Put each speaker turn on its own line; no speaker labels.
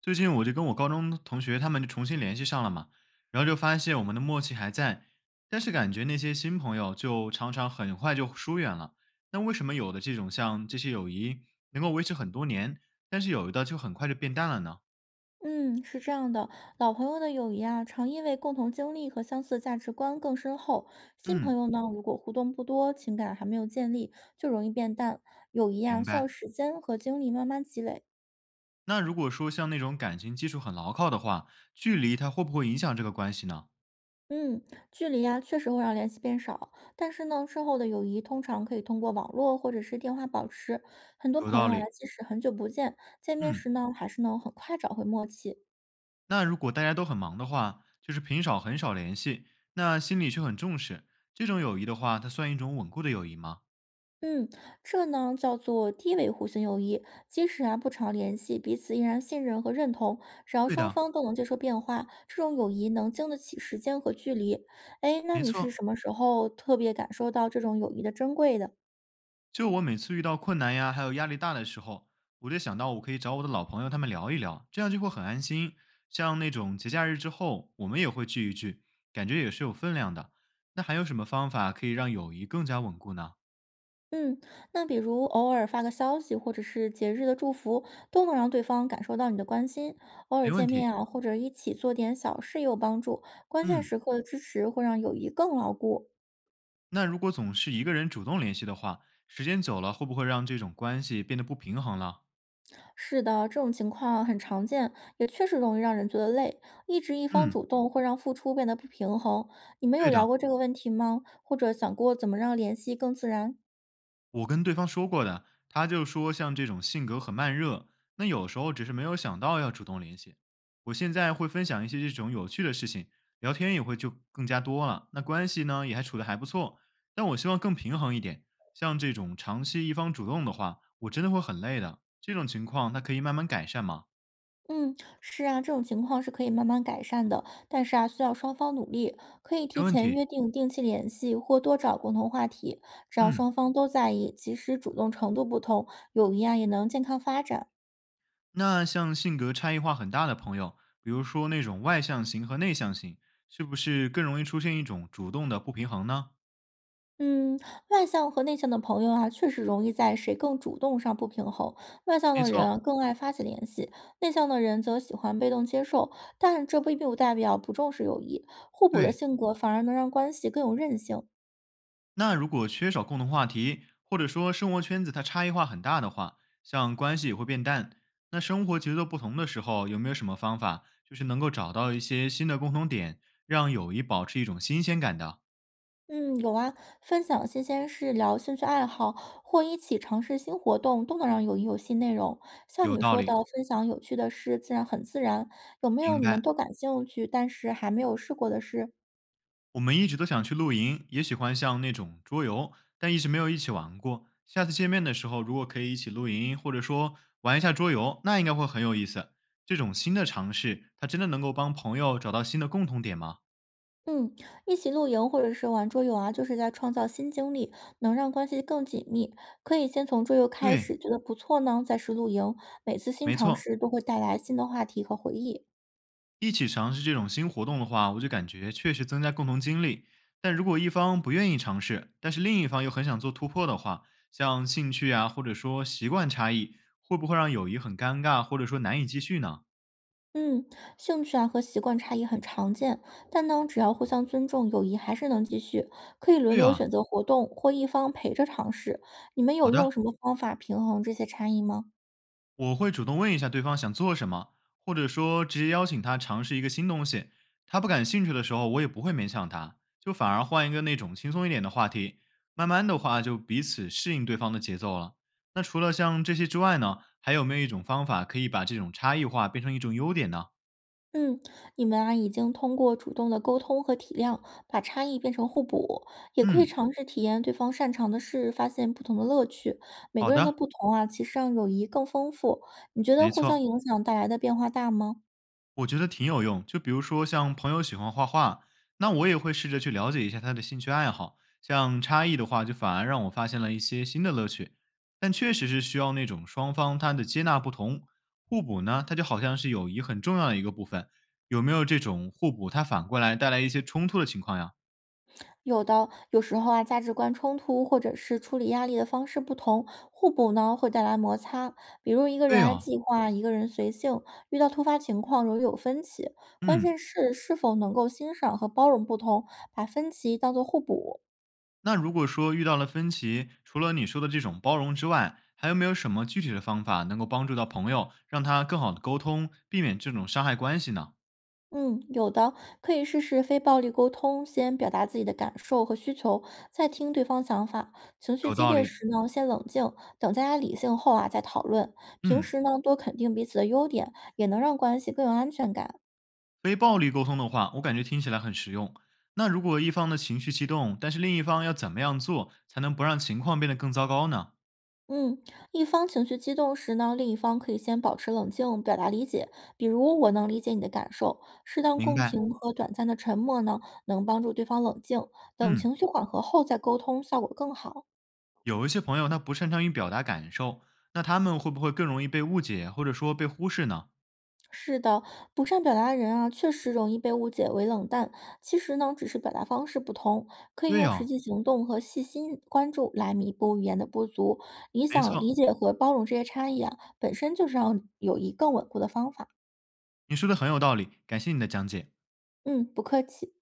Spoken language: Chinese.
最近我就跟我高中同学他们就重新联系上了嘛，然后就发现我们的默契还在，但是感觉那些新朋友就常常很快就疏远了。那为什么有的这种像这些友谊能够维持很多年，但是有的就很快就变淡了呢？
嗯，是这样的，老朋友的友谊啊，常因为共同经历和相似价值观更深厚。新朋
嗯，
友呢，如果互动不多，情感还没有建立，就容易变淡。友谊啊，
明
需要
白。
时间和精力慢慢积累。
那如果说像那种感情基础很牢靠的话，距离它会不会影响这个关系呢？
嗯，距离啊，确实会让联系变少，但是呢，之后的友谊通常可以通过网络或者是电话保持。很多
有
朋
道
友啊，
理。
即使很久不见，见面
嗯，
时呢，还是能很快找回默契。
那如果大家都很忙的话，就是平少很少联系，那心里却很重视，这种友谊的话，它算一种稳固的友谊吗？
嗯，这呢叫做低维护性友谊，即使啊不常联系，彼此依然信任和认同，只要
对
双
的，
方都能接受变化，这种友谊能经得起时间和距离。哎，那
没
你是
错。
什么时候特别感受到这种友谊的珍贵的？
就我每次遇到困难呀，还有压力大的时候，我就想到我可以找我的老朋友他们聊一聊，这样就会很安心。像那种节假日之后，我们也会聚一聚，感觉也是有分量的。那还有什么方法可以让友谊更加稳固呢？
嗯，那比如偶尔发个消息，或者是节日的祝福，都能让对方感受到你的关心。偶尔
没问
见
题。
面啊，或者一起做点小事也有帮助。关键
嗯，
时刻的支持会让友谊更牢固。
那如果总是一个人主动联系的话，时间久了会不会让这种关系变得不平衡了？
是的，这种情况很常见，也确实容易让人觉得累。一直一方
嗯，
主动会让付出变得不平衡。你们有
对
聊
的，
过这个问题吗？或者想过怎么让联系更自然？
我跟对方说过的，他就说像这种性格很慢热，那有时候只是没有想到要主动联系。我现在会分享一些这种有趣的事情，聊天也会就更加多了，那关系呢也还处得还不错。但我希望更平衡一点，像这种长期一方主动的话，我真的会很累的。这种情况，他可以慢慢改善吗？
嗯，是啊，这种情况是可以慢慢改善的，但是啊，需要双方努力。可以提
没问
前
题。
约定定期联系，或多找共同话题。只要
嗯。
双方都在意，即使主动程度不同，友谊啊也能健康发展。
那像性格差异化很大的朋友，比如说那种外向型和内向型，是不是更容易出现一种主动的不平衡呢？
嗯，外向和内向的朋友啊，确实容易在谁更主动上不平衡。外向
没
的人
错，
啊，更爱发起联系；内向的人则喜欢被动接受。但这并不代表不重视友谊，互补的
对。
性格反而能让关系更有韧性。
那如果缺少共同话题，或者说生活圈子它差异化很大的话，像关系也会变淡。那生活节奏不同的时候，有没有什么方法，就是能够找到一些新的共同点，让友谊保持一种新鲜感的？
嗯，有啊，分享新鲜事、聊兴趣爱好，或一起尝试新活动，都能让友谊有新内容。像
有
你
道
说的，
理，
分享有趣的事，自然很自然。有没有
明
你们
白。
都感兴趣，但是还没有试过的事？
我们一直都想去露营，也喜欢像那种桌游，但一直没有一起玩过。下次见面的时候，如果可以一起露营，或者说玩一下桌游，那应该会很有意思。这种新的尝试，它真的能够帮朋友找到新的共同点吗？
嗯，一起露营或者是玩桌游啊，就是在创造新经历，能让关系更紧密。可以先从桌游开
对，
始，觉得不错呢，再是露营。每次新
没
尝
错，
试都会带来新的话题和回忆。
一起尝试这种新活动的话，我就感觉确实增加共同经历。但如果一方不愿意尝试，但是另一方又很想做突破的话，像兴趣啊，或者说习惯差异，会不会让友谊很尴尬，或者说难以继续呢？
嗯，兴趣啊和习惯差异很常见，但呢，只要互相尊重，友谊还是能继续。可以轮
对
流
啊，
选择活动，或一方陪着尝试。你们
好
有用
的。
什么方法平衡这些差异吗？
我会主动问一下对方想做什么，或者说直接邀请他尝试一个新东西。他不感兴趣的时候，我也不会勉强他，就反而换一个那种轻松一点的话题。慢慢的话，就彼此适应对方的节奏了。那除了像这些之外呢，还有没有一种方法可以把这种差异化变成一种优点呢？
嗯，你们啊，已经通过主动的沟通和体谅，把差异变成互补，也可以
嗯，
尝试体验对方擅长的事，发现不同的乐趣。每
好
个人的
的，
不同啊，其实让友谊更丰富。你觉得
没
互相
错。
影响带来的变化大吗？
我觉得挺有用。就比如说像朋友喜欢画画，那我也会试着去了解一下他的兴趣爱好。像差异的话，就反而让我发现了一些新的乐趣。但确实是需要那种双方他的接纳不同，互补呢，它就好像是友谊很重要的一个部分。有没有这种互补，它反过来带来一些冲突的情况呀？
有的，有时候啊，价值观冲突或者是处理压力的方式不同，互补呢会带来摩擦。比如一个人
对
爱
哦，
计划，一个人随性，遇到突发情况容易有分歧。关
嗯，
键是是否能够欣赏和包容不同，把分歧当作互补。
那如果说遇到了分歧，除了你说的这种包容之外，还有没有什么具体的方法能够帮助到朋友，让他更好的沟通，避免这种伤害关系呢？
嗯，有的，可以试试非暴力沟通，先表达自己的感受和需求，再听对方想法。情绪
有
激
道
烈
理，
时呢，先冷静，等大家理性后啊，再讨论。平
嗯，
时呢，多肯定彼此的优点，也能让关系更有安全感。
非暴力沟通的话，我感觉听起来很实用。那如果一方的情绪激动，但是另一方要怎么样做才能不让情况变得更糟糕呢？
嗯，一方情绪激动时呢，另一方可以先保持冷静，表达理解，比如我能理解你的感受。适当
明
共
白，
情和短暂的沉默呢，能帮助对方冷静，等
嗯，
情绪缓和后再沟通，效果更好。
有一些朋友他不擅长于表达感受，那他们会不会更容易被误解，或者说被忽视呢？
是的，不善表达的人啊，确实容易被误解为冷淡。其实呢，只是表达方式不同，可以
对
用实
哦，
际行动和细心关注来弥补语言的不足。你
没
想理
错，
解和包容这些差异啊，本身就是让友谊更稳固的方法。
你说的很有道理，感谢你的讲解。
嗯，不客气。